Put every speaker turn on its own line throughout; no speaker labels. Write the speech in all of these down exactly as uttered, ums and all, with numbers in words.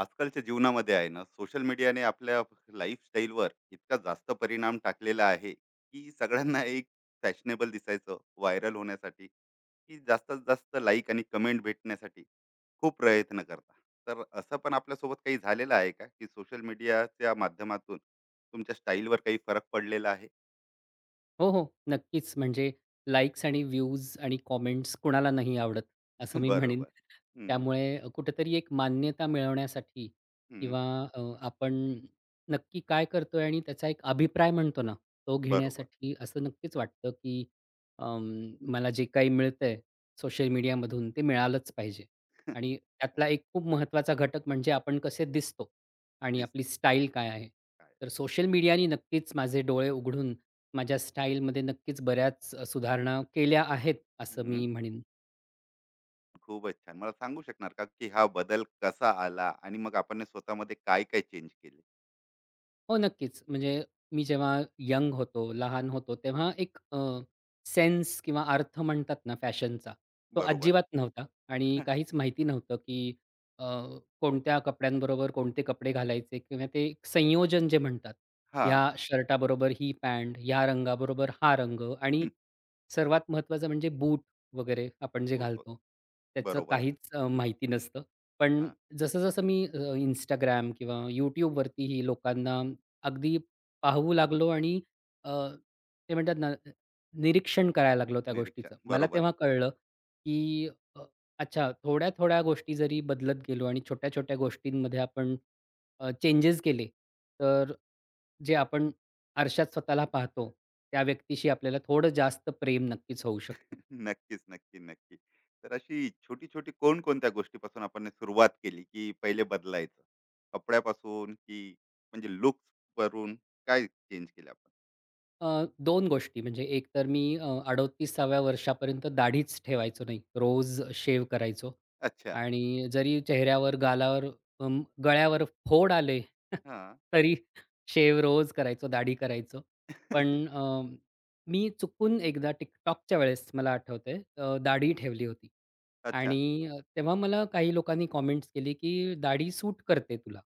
आजकालच्या जीवनामध्ये आहे ना, सोशल मीडियाने आपल्या लाईफस्टाईलवर इतका जास्त परिणाम टाकलेला आहे की सगळ्यांना एक फॅशनेबल दिसायचं, व्हायरल होण्यासाठी की जास्तीत जास्त लाईक आणि कमेंट भेटण्यासाठी खूप प्रयत्न करता. तर असं पण आपल्यासोबत काही झालेलं आहे का की सोशल मीडियाच्या माध्यमातून तुमच्या स्टाईलवर काही फरक पडलेला आहे?
हो, हो. नक्कीच. म्हणजे लाइक्स आणि व्ह्यूज आणि कॉमेंट्स कुणाला नाही आवडत, असं मी म्हणेन.
बरोबर. हम्म,
त्यामुळे कुठेतरी एक मान्यता मिळवण्यासाठी
हम्म,
किंवा अ, आपण नक्की काय करतोय आणि त्याचा एक अभिप्राय म्हणतो ना, तो
बरोबर.
घेण्यासाठी असं नक्कीच वाटतं, की अं, मला जे काही मिळतंय सोशल मीडियामधून ते मिळालंच पाहिजे. आणि त्यातला एक खूप महत्त्वाचा घटक म्हणजे आपण कसे दिसतो आणि आपली
दिसतो
स्टाईल काय आहे.
काय.
तर सोशल मीडियानी नक्कीच माझे डोळे उघडून माझ्या स्टाईलमध्ये नक्कीच बऱ्याच अ, सुधारणा केल्या आहेत, असं मी म्हणेन.
खूपच छान. मला सांगू शकणार का, की हा बदल कसा आला आणि मग आपण हे स्वतःमध्ये काय काय चेंज केले?
हो, नक्कीच. म्हणजे मी जेव्हा यंग होतो, लहान होतो, तेव्हा एक अ, सेन्स किंवा अर्थ म्हणतात ना फॅशनचा, तो
बरोबर.
अजिबात नव्हता आणि काहीच माहिती नव्हतं, की अ, कोणत्या कपड्यांबरोबर कोणते कपडे घालायचे किंवा ते एक संयोजन जे म्हणतात,
हां.
ह्या शर्टाबरोबर ही पॅन्ट, ह्या रंगाबरोबर हा रंग आणि सर्वात महत्त्वाचं म्हणजे बूट वगैरे आपण जे
बूट व
घालतो, त्याचं
बरोबर.
काहीच अ, माहिती नसतं. पण
हां.
जसं-जसं मी अ, Instagram किंवा YouTubeवरती ही लोकांना अगदी पाहू लागलो आणि अ, ते म्हणतात ना, अ, निरीक्षण करायला लागलो त्या गोष्टीचं.
निरीक्षण.
मला
बरोबर.
तेव्हा कळलं, की अ, अच्छा थोड्या-थोड्या गोष्टी जरी बदलत गेलो आणि छोट्या-छोट्या गोष्टींमध्ये आपण अ, चेंजेस केले, तर जे आपण आरशात स्वतःला पाहतो, त्या व्यक्तीशी आपल्याला थोडं जास्त प्रेम नक्कीच होऊ शकतं.
नक्कीच, नक्की, नक्की. तर अशी छोटी-छोटी कोणकोणत्या गोष्टीपासून आपण हे सुरुवात केली, की पहिले बदलायचं? कपड्यापासून की म्हणजे लुक्स वरून काय चेंज केलं आपण?
अ, दोन गोष्टी म्हणजे एक तर मी अ, अडतिसाव्या वर्षापर्यंत दाढीच ठेवायचो नाही. रोज शेव करायचो
अच्छा.
आणि जरी चेहऱ्यावर, गालावर, अं, गळ्यावर फोड आले
हां.
तरी शेव्ह रोज करायचो, दाढी करायचो. पण अ, मी चुकून एकदा TikTokच्या वेळेस मला आठवतंय अ, दाढी ठेवली होती
अच्छा,
आणि अ, तेव्हा मला काही लोकांनी कमेंट्स केली, की "दाढी सूट करते तुला."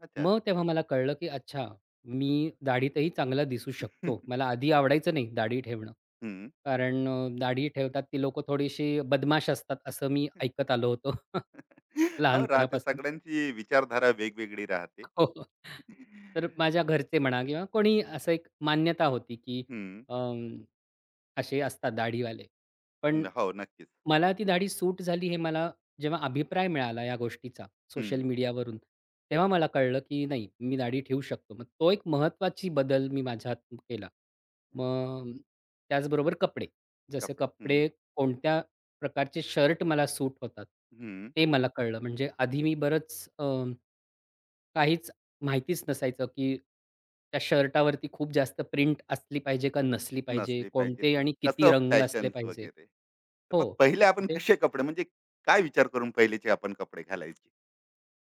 अच्छा.
मग तेव्हा मला कळलं, की अच्छा मी दाढीतही चांगला दिसू शकतो. मला आधी आवडायचं नाही दाढी ठेवणं.
हं.
कारण अ, दाढी ठेवतात ती लोकं थोडीशी बदमाश असतात असं मी ऐकत आलो होतो
अहो, राहते,
लहानपणापासून.
सगळ्यांची विचारधारा वेगवेगळी राहते.
हो, हो. तर माझ्या घरचे म्हणा किंवा कोणी असं एक मान्यता होती की
हं.
असे असतात दाढीवाले. पण
न- हो, नक्कीच.
मला ती दाढी सूट झाली हे मला जेव्हा अभिप्राय मिळाला या गोष्टीचा
हम्म.
सोशल मीडियावरून, तेव्हा मला कळलं, की नाही मी दाढी ठेवू शकतो. मग तो एक महत्त्वाची बदल मी माझ्यात केला. मग त्याचबरोबर कपडे. जसे
कपडे हम्म.
कपडे कोणत्या प्रकारचे शर्ट मला सूट होतात,
हम्म.
ते मला कळलं. म्हणजे आधी मी बरंच काहीच माहितीच नसायचं, की त्या शर्टावरती खूप जास्त प्रिंट असली पाहिजे का नसली पाहिजे?
नसले पाहिजे
कोणते
की
आणि किती
कसं
रंग असले
फॅशन
पाहिजे?
वगैरे, तर मग
हो.
पहिले आपण कसे कपडे, म्हणजे काय विचार करून पहिलेचे आपण कपडे घालायचे?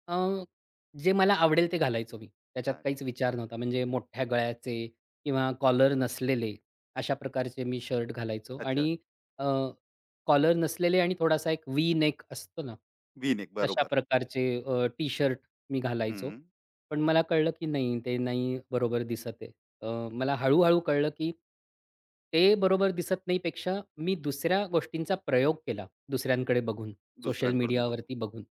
अ, जे मला आवडेल ते घालायचो मी. त्याच्यात
हा.
काहीच विचार नव्हता. म्हणजे मोठ्या गळ्याचे किंवा कॉलर नसलेले अशा प्रकारचे मी शर्ट घालायचो
अच्छा.
आणि अ, कॉलर नसलेले आणि थोडासा एक व्ही नेक असतो ना,
वी नेक,
तशा
बरोबर.
प्रकारचे अ, टी-शर्ट मी घालायचो.
हम्म.
पण मला कळलं की नाही, ते नाही बरोबर दिसत आहे. अ, मला हळू कळलं की ते बरोबर दिसत नाहीपेक्षा मी दुसऱ्या गोष्टींचा प्रयोग केला दुसऱ्यांकडे बघून, सोशल
दुसऱ्यांकडून बघू.
मीडियावरती बघून.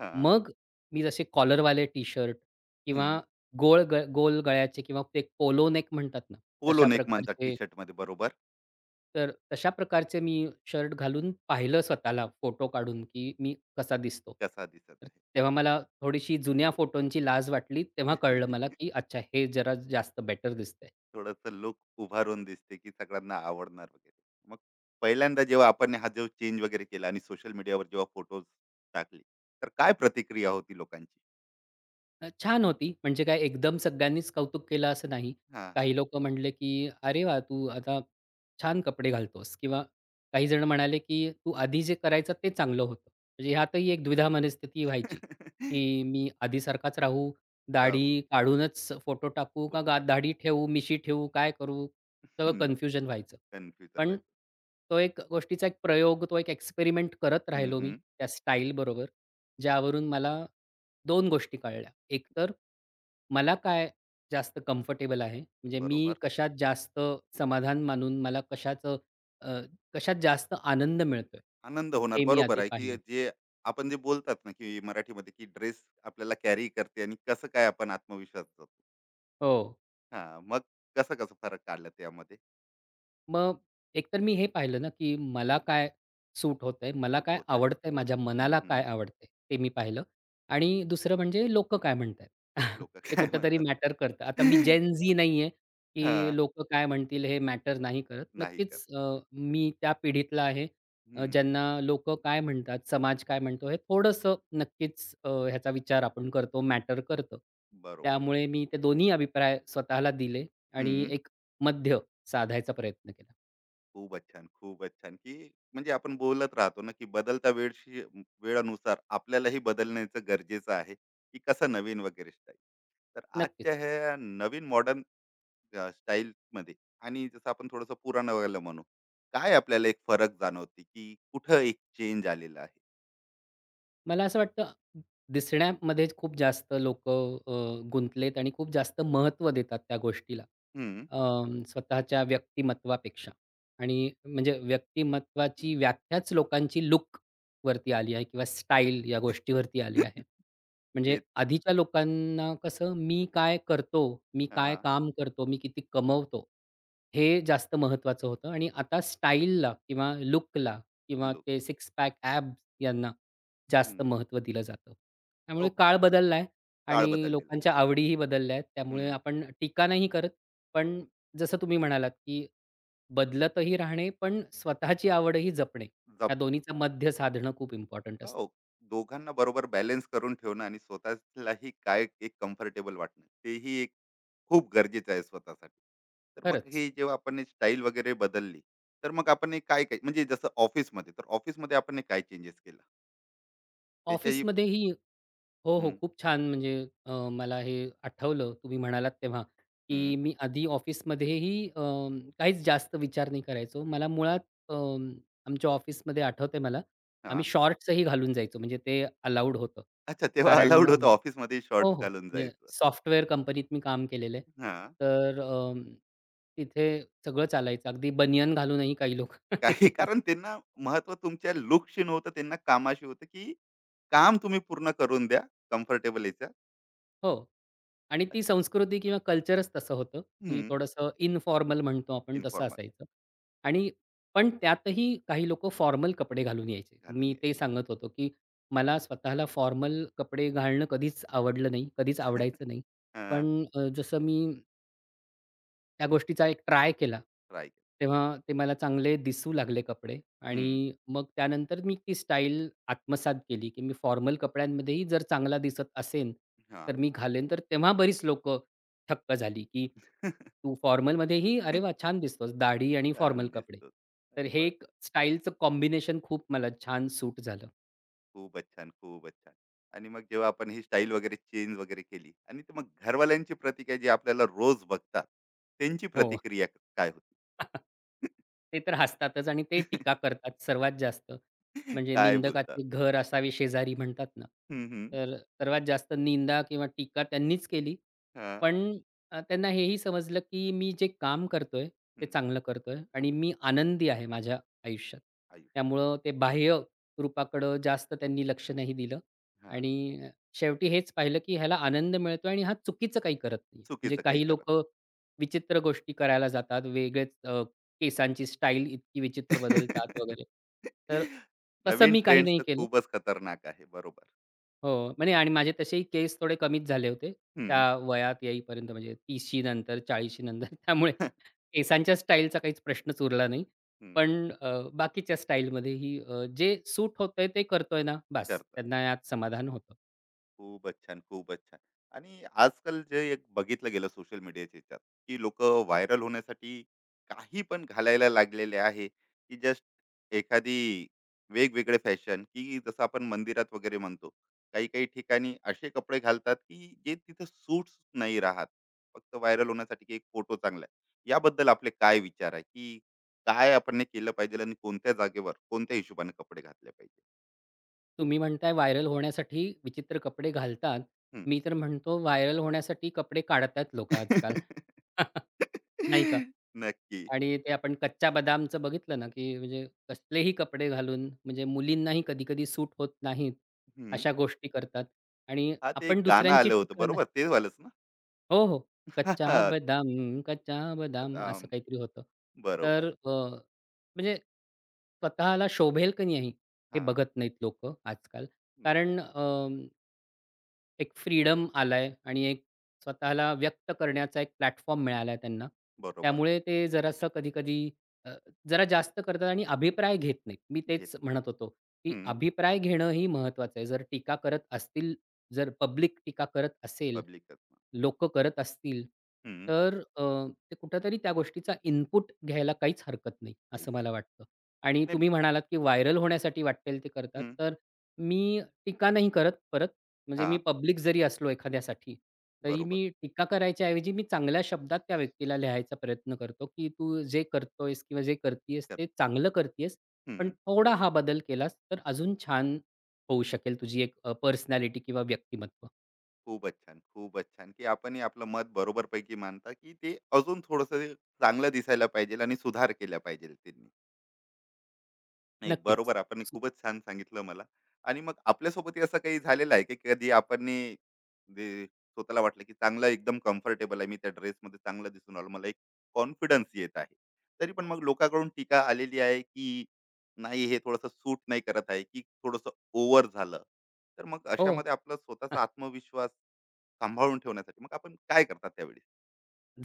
हा.
मग मी जसे कॉलरवाले टी-शर्ट किंवा
हम्म.
गोल ग गोल गळ्याचे किंवा ते पोलो नेक म्हणतात ना,
पोलो
तशा
नेक म्हणतात टी
प्रकारचे.
शर्ट मध्ये, बरोबर.
तर तशा प्रकारचे मी शर्ट घालून पाहिलं स्वतःला फोटो काढून, की मी कसा दिसतो.
कसा दिसत
तर
आहे.
तेव्हा मला थोडीशी जुन्या फोटोंची लाज वाटली. तेव्हा कळलं मला, की अच्छा हे जरा जास्त बेटर दिसतंय.
थोडस लुक उभारून दिसते की सगळ्यांना आवडणार वगैरे. मग पहिल्यांदा जेव्हा आपण हा जो चेंज वगैरे केला आणि सोशल मीडियावर जेव्हा फोटोज टाकले, तर काय प्रतिक्रिया होती लोकांची?
अ, छान होती. म्हणजे काय एकदम सगळ्यांनीच कौतुक केलं असं नाही.
हां, हां.
काही लोकं म्हणले, की "अरे वा तू आता छान कपडे घालतोस" किंवा काही जण म्हणाले, की "तू आधी जे करायचं ते चांगलं होतं." म्हणजे ह्यातही एक द्विधा मनस्थिती व्हायची, की मी आधीसारखाच राहू,
राहू,
दाढी काढूनच फोटो टाकू का
फोटो
गा
टाकू.
दाढी ठेवू, मिशी ठेवू, काय करू? सगळं
हं,
कन्फ्युजन व्हायचं.
कन्फ्युजन
पण
व्हायचं.
तो एक गोष्टीचा एक प्रयोग, तो एक एक्सपेरिमेंट करत
हं,
राहिलो मी
हं.
त्या स्टाईलबरोबर, ज्यावरून मला दोन गोष्टी कळल्या. एक तर मला काय जास्त कम्फर्टेबल आहे, म्हणजे मी
बरोबर.
कशात जास्त समाधान मानून मला कशाचं अ, कशात जास्त आनंद मिळतोय,
आनंद होणार.
हे मी
बरोबर
आधी
आहे, की
पाहिलं.
जे आपण जे बोलतात ना, की मराठीमध्ये की ड्रेस आपल्याला कॅरी करते आणि कसं काय आपण आत्मविश्वास जातो.
हो.
हां, मग कसं-कसं फरक काढला त्यामध्ये?
मग एकतर मी हे पाहिलं ना, की मला काय सूट होतंय, मला
सूट
काय
होत आहे.
आवडतंय, माझ्या मनाला
हं,
काय आवडतंय ते मी पाहिलं आणि दुसरं म्हणजे लोकं काय म्हणतायत. ते
काय
कुठेतरी
म्हणतात?
मॅटर करतं. आता मी जेन झी नाहीये, की
हां,
लोकं काय म्हणतील हे मॅटर नाही करत.
नाही करत.
नक्कीच अ, मी त्या पिढीतला आहे अ,
हं,
ज्यांना लोकं काय म्हणतात, समाज काय म्हणतो हे थोडंसं नक्कीच अ, ह्याचा विचार आपण करतो, मॅटर करतं.
बरोबर.
त्यामुळे मी ते दोन्ही अभिप्राय स्वतःला दिले आणि एक मध्य साधायचा प्रयत्न केला.
खूपच छान, खूपच छान, की म्हणजे आपण बोलत राहतो ना, की बदलत्या वेळशी वेळानुसार आपल्यालाही बदलण्याचं गरजेचं आहे, की कसं नवीन वगैरे स्टाईल. तर
नक्कीच.
आजच्या ह्या नवीन मॉडर्न अ, स्टाईलमध्ये आणि जसं आपण थोडंसं पुराणं वगैरे म्हणू, काय आपल्याला एक फरक जाणवते, की कुठं एक चेंज आलेला आहे?
मला असं वाटतं दिसण्यामध्येच खूप जास्त लोकं अ, गुंतलेत आणि खूप जास्त महत्त्व देतात त्या गोष्टीला.
हं.
अं, स्वतःच्या व्यक्तिमत्त्वापेक्षा आणि म्हणजे व्यक्तिमत्त्वाची व्याख्याच लोकांची लूकवरती आली आहे किंवा स्टाईल या गोष्टीवरती आली आहे. म्हणजे
तेच.
आधीच्या लोकांना कसं मी काय करतो, मी काय काम करतो, मी किती कमवतो, हे जास्त महत्त्वाचं होतं आणि आता स्टाईलला किंवा लूकला किंवा
लोक.
ते सिक्स पॅक ॲब्स यांना जास्त महत्त्व दिलं जातं. त्यामुळे
हो,
काळ बदलला आहे
काळ
आणि
बदललेला आहे.
लोकांच्या आवडीही बदलल्या आहेत. त्यामुळे
हं.
आपण टीका नाही करत, पण जसं तुम्ही म्हणालात, की बदलतही राहणे, पण स्वतःची आवडही जपणे. या
जपणे.
दोन्हीचं मध्य साधणं खूप इम्पोर्टंट असतं.
हो. दोघांना बरोबर बॅलन्स करून ठेवणं आणि स्वतःलाही काय एक कम्फर्टेबल वाटणं, तेही एक खूप गरजेचं आहे स्वतःसाठी. तर मग
खरंच.
हे जेव्हा आपण स्टाईल वगैरे बदलली, तर मग आपण हे काय-काय, म्हणजे जसं ऑफिसमध्ये, तर ऑफिसमध्ये आपण हे काय चेंजेस केला? त्याच्याही
ऑफिसमध्येही हो, हो.
हं,
खूप छान म्हणजे अ, मला हे आठवलं तुम्ही म्हणालात तेव्हा,
हं.
की मी आधी ऑफिसमध्येही अ, काहीच जास्त विचार नाही करायचो. मला मुळात अ, आमच्या ऑफिसमध्ये आठवतंय मला, आम्ही
हां.
शॉर्ट्सही घालून जायचो म्हणजे ते अलाउड होतं.
अच्छा, तेव्हा
कारण
अलाउड
अ,
होतं ऑफिसमध्ये
हो,
शॉर्ट्स
हो.
घालून
म्हणजे
जायचं.
सॉफ्टवेअर कंपनीत मी काम केलेलं आहे.
हां.
तर अ, तिथे सगळं चालायचं. अगदी बनियन घालूनही काही लोकं
काही कारण त्यांना महत्त्व तुमच्या लूकशी नव्हतं, त्यांना कामाशी होतं, की काम तुम्ही पूर्ण करून द्या, कम्फर्टेबल याच्यात.
हो. आणि ती संस्कृती किंवा कल्चरच तसं होतं, की थोडंसं इन्फॉर्मल म्हणतो आपण तसं
इन्फॉर्मल
असायचं. आणि पण त्यातही काही लोकं फॉर्मल कपडे घालून यायचे.
घालून
मी ते
यायचं.
सांगत होतो, की मला स्वतःला फॉर्मल कपडे घालणं कधीच आवडलं नाही, कधीच आवडायचं नाही.
हां.
पण अ, जसं मी त्या गोष्टीचा एक ट्राय केला.
ट्राय केलं.
तेव्हा ते मला चांगले दिसू लागले कपडे
हं.
आणि मग त्यानंतर मी ती स्टाईल आत्मसात केली, की मी फॉर्मल कपड्यांमध्येही जर चांगला दिसत असेन,
हां.
तर मी घालेन. तर तेव्हा बरीच लोकं थक्क झाली, की "तू फॉर्मलमध्येही अरे वाह! छान दिसतोस. दाढी आणि फॉर्मल
छान
कपडे."
दिसतो.
तर हे एक
बरं.
स्टाईलचं कॉम्बिनेशन खूप मला छान सूट झालं.
खूपच छान, खूपच छान. आणि मग जेव्हा आपण ही स्टाईल वगैरे चेंज वगैरे केली आणि ते मग घरवाल्यांची प्रतिक्रिया जी आपल्याला रोज बघतात, त्यांची
हो.
प्रतिक्रिया क- काय होती?
ते तर हसतातच आणि ते टीका करतात सर्वात जास्त. म्हणजे
काय बोलतात?
निंदकाचे घर असावे शेजारी म्हणतात ना.
हं, हं.
तर सर्वात जास्त निंदा किंवा टीका त्यांनीच केली
हां.
पण अ, त्यांना हेही समजलं, की मी जे काम करतोय, ते
हं.
चांगलं करतोय आणि मी आनंदी आहे माझ्या आयुष्यात.
आयु.
त्यामुळं ते बाह्य रूपाकडं जास्त त्यांनी लक्ष नाही दिलं
हां.
आणि शेवटी हेच पाहिलं, की ह्याला आनंद मिळतोय आणि हा चुकीचं काही करत नाही. म्हणजे
चुकीचं काही
काही
करत.
लोकं विचित्र गोष्टी करायला जातात, वेगळेच अ, केसांची स्टाईल इतकी विचित्र बदलतात वगैरे. तर तसं
नवीन
मी काही
ट्रेंड्स
नाही
तर
केलं.
खूपच खतरनाक आहे. बरोबर.
हो. म्हणजे आणि माझे तसेही केस थोडे कमीच झाले होते.
हं.
त्या वयात येईपर्यंत म्हणजे तिशी नंतर चाळिशी नंतर त्यामुळे
हं.
केसांच्या स्टाईलचा काहीच प्रश्नच उरला नाही. पण अ, बाकीच्या स्टाईलमध्येही अ, जे सूट होतंय ते करतोय ना, बास
करतात.
त्यांना यात समाधान होतं.
खूपच छान, खूपच छान. आणि आजकाल जे एक बघितलं गेलं सोशल मीडियाच्या ह्याच्यात, की लोकं व्हायरल होण्यासाठी काही पण घालायला लागलेले आहे, की जस्ट एखादी वेगवेगळे फॅशन, की जसं आपण मंदिरात वगैरे म्हणतो. काही-काही ठिकाणी असे कपडे घालतात, की जे तिथं सूट्स नाही राहत. फक्त व्हायरल होण्यासाठी की एक फोटो चांगला आहे. याबद्दल आपले काय विचार आहे, की काय आपण हे केलं पाहिजे आणि कोणत्या जागेवर, कोणत्या हिशोबाने कपडे घातले पाहिजे?
तुम्ही म्हणताय व्हायरल होण्यासाठी विचित्र कपडे घालतात.
हं.
मी तर म्हणतो व्हायरल होण्यासाठी कपडे काढतायत लोकं आजकाल. नाही का?
नक्की.
आणि ते आपण कच्चा बदामचं बघितलं ना, की म्हणजे कसलेही कपडे घालून म्हणजे मुलींनाही कधी-कधी सूट होत नाहीत,
हं.
अशा गोष्टी करतात आणि
हां, ते
आपण
एक गाणं
दुसऱ्यांची
आलं होतं
टीका नाही
बरोबर, ते वालंच ना?
हो, हो. कच्चा बदाम, कच्चा बदाम असं
अं,
काहीतरी होतं.
बरोबर.
तर अ, म्हणजे स्वतःला शोभेल की नाही हे
हां,
बघत नाहीत लोकं आजकाल.
नक्की.
कारण एक फ्रीडम आलाय आणि एक स्वतःला व्यक्त करण्याचा एक प्लॅटफॉर्म मिळालाय त्यांना.
बरोबर.
त्यामुळे ते जरासं कधी-कधी अ, जरा जास्त करतात आणि अभिप्राय घेत नाहीत. मी
घेत
तेच म्हणत होतो, की
हं.
अभिप्राय घेणं ही महत्वाचं आहे. जर टीका करत असतील, जर पब्लिक टीका करत असेल,
पब्लिकच.
लोक करत असतील,
हं.
तर अ, ते कुठेतरी त्या गोष्टीचा इनपुट घ्यायला काहीच हरकत नाही,
काहीच
असं मला
हरकत
वाटतं. आणि
नाही.
तुम्ही म्हणालात, की व्हायरल होण्यासाठी वाटेल ते करतात.
हं.
तर मी टीका नाही करत परत. म्हणजे मी
हां,
पब्लिक जरी असलो एखाद्यासाठी, तरी
बरोबर.
मी टीका करायच्या ऐवजी मी चांगल्या शब्दात त्या व्यक्तीला लिहायचा प्रयत्न करतो, की "तू जे करतोयस किंवा जे करतीयेस
तर
ते चांगलं करतीयेस. पण
हं.
थोडा हा बदल केलास तर अजून छान होऊ शकेल तुझी एक पर्सनॅलिटी किंवा व्यक्तिमत्व."
खूपच छान, खूपच छान, की आपणही आपलं मत बरोबरपैकी मांडता, की ते अजून थोडंसं चांगलं दिसायला पाहिजे आणि सुधार केला पाहिजे त्यांनी. नाही
नक्कीच.
बरोबर. आपण
सु
खूपच छान सांगितलं मला. आणि मग आपल्यासोबतही असं काही झालेलं आहे की कधी आपण नी जे स्वतःला वाटलं की चांगलं, एकदम कम्फर्टेबल आहे. मी त्या ड्रेसमध्ये चांगलं दिसून आलो. मला एक कॉन्फिडन्स येत आहे. तरी पण मग लोकांकडून टीका आलेली आहे की नाही, हे थोडंसं सूट नाही करत आहे की थोडंसं ओव्हर झालं. तर मग
हो.
अशामध्ये आपला स्वतःचा आत्मविश्वास सांभाळून ठेवण्यासाठी मग आपण काय करतात त्यावेळी?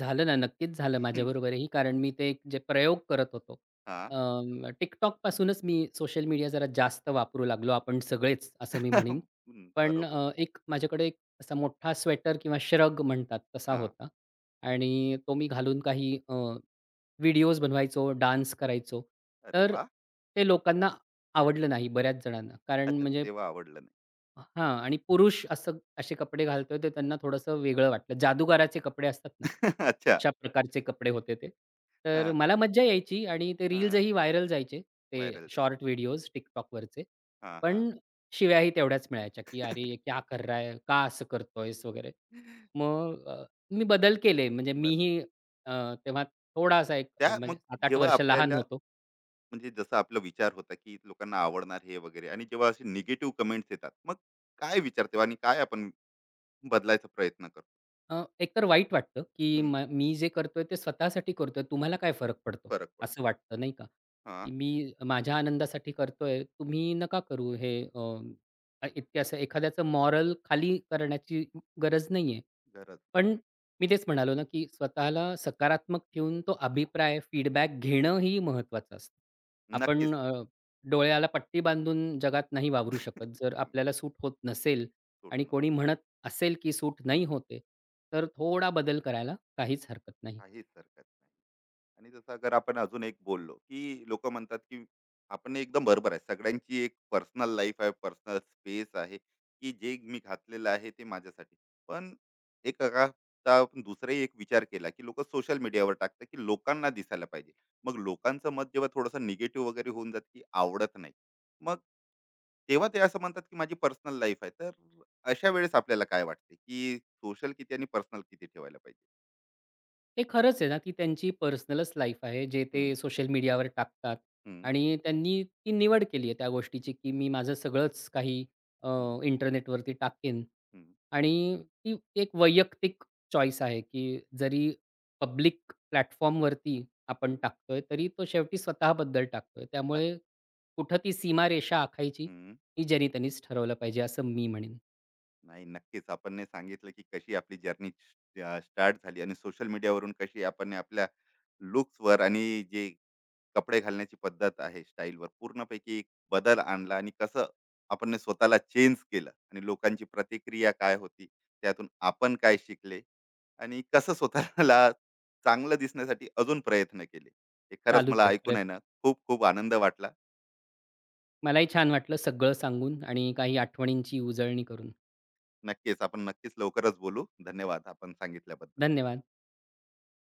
झालं ना, नक्कीच झालं
हं,
माझ्याबरोबरही. कारण मी ते एक जे प्रयोग करत होतो.
हां.
अं, TikTokपासूनच मी सोशल मीडिया जरा जास्त वापरू लागलो, आपण सगळेच
हं.
असं मी म्हणीन. पण
बरोबर.
अ, एक माझ्याकडे एक असा मोठा स्वेटर किंवा श्रग म्हणतात तसा
हां.
होता आणि तो मी घालून काही अ, व्हिडिओज बनवायचो, डान्स करायचो.
अरे
तर
वाह!
ते लोकांना आवडलं नाही बऱ्याच जणांना. कारण
अच्छा,
म्हणजे
तेव्हा आवडलं नाही.
हां आणि पुरुष असं असे कपडे घालतोय ते त्यांना थोडंसं वेगळं वाटलं. जादूगाराचे कपडे असतात ना,
अच्छा.
अशा प्रकारचे कपडे होते ते. तर मला मज्जा यायची आणि ते
हां,
रील्सही व्हायरल जायचे. ते
व्हायरल जाईल.
शॉर्ट व्हिडिओज TikTokवरचे.
हां, हां.
पण शिव्याही तेवढ्याच मिळायच्या, की "अरे ये क्या कर रहा है? का असं करतोयस?" वगैरे. मग अ, मी बदल केले म्हणजे
बरं.
मीही अ, तेव्हा थोडासा एक अ,
त्या मग
म्हणजे सात आठ
जेव्हा
वर्ष लहान
आपल्याला,
होतो.
म्हणजे जसं आपला विचार होता, की लोकांना आवडणार हे वगैरे आणि जेव्हा असे निगेटिव्ह कमेंट्स येतात, मग काय विचार तेव्हा आणि काय आपण बदलायचा प्रयत्न करतो?
अ, एकतर वाईट वाटतं, की
हं,
म मी जे करतोय ते स्वतःसाठी करतोय. तुम्हाला काय फरक पडतो?
फरक पडतो.
असं वाटतं नाही का?
हां,
की मी माझ्या आनंदासाठी करतोय. तुम्ही नका करू हे अ, अ, इतके असं एखाद्याचं मॉरल खाली करण्याची गरज नाहीये.
गरज नाही.
पण मी तेच म्हणालो ना, की स्वतःला सकारात्मक ठेवून तो अभिप्राय, फीडबॅक घेणंही महत्त्वाचं असतं.
नक्कीच.
आपण अ, डोळ्याला पट्टी बांधून जगात नाही वावरू शकत. जर
हं,
आपल्याला सूट होत नसेल आणि
सुटणं.
कोणी म्हणत असेल की सूट
हं,
नाही होते, तर थोडा बदल करायला काहीच हरकत नाही.
काहीच हरकत नाही. आणि जसं अगर आपण अजून एक बोललो की लोक म्हणतात की आपण एकदम बरोबर आहे, सगळ्यांची एक पर्सनल लाईफ आहे, पर्सनल स्पेस आहे, की जे मी घातलेलं आहे ते माझ्यासाठी, पण एक अगा- आता आपण दुसराही एक विचार केला की लोक सोशल मीडियावर टाकतात की लोकांना दिसायला पाहिजे, मग लोकांचं मत जेव्हा थोडंसं निगेटिव्ह वगैरे होऊन जात की आवडत नाही, मग तेव्हा ते असं म्हणतात की माझी पर्सनल लाईफ आहे, तर अशा वेळेस आपल्याला काय वाटते की सोशल किती आणि पर्सनल किती ठेवायला पाहिजे?
हे खरंच आहे ना, की त्यांची पर्सनलच लाईफ आहे, जे ते
हम्म,
सोशल मीडियावर टाकतात
हम्म,
आणि त्यांनी ती निवड केली आहे त्या गोष्टीची, की मी माझं सगळंच काही अ,
हम्म,
इंटरनेटवरती टाकेन
हम्म.
आणि ती एक वैयक्तिक चॉईस आहे, की जरी पब्लिक प्लॅटफॉर्मवरती आपण टाकतोय, तरी तो शेवटी स्वतःबद्दल टाकतोय. त्यामुळे कुठं ती सीमारेषा आखायची,
हं.
ही ज्यांनी-त्यांनीच ठरवलं पाहिजे, असं मी म्हणेन.
नाही, नक्कीच. आपण नाही सांगितलं, की कशी आपली जर्नी अ, स्टार्ट झाली आणि सोशल मीडियावरून कशी आपण ने आपल्या लुक्सवर आणि जे कपडे घालण्याची पद्धत आहे, स्टाईलवर पूर्णपैकी एक बदल आणला आणि कसं आपण ने स्वतःला चेंज केलं आणि लोकांची प्रतिक्रिया काय होती, त्यातून आपण काय शिकले आणि कसं स्वतःला चांगलं दिसण्यासाठी अजून प्रयत्न केले. हे खरंच
चालूच
मला
आहेत.
ऐकून
परत
आहे ना, खूप खूप आनंद वाटला.
मलाही छान वाटलं सगळं सांगून आणि काही आठवणींची उजळणी करून.
नक्कीच, आपण नक्कीच लवकरच बोलू. धन्यवाद आपण सांगितल्याबद्दल.
धन्यवाद.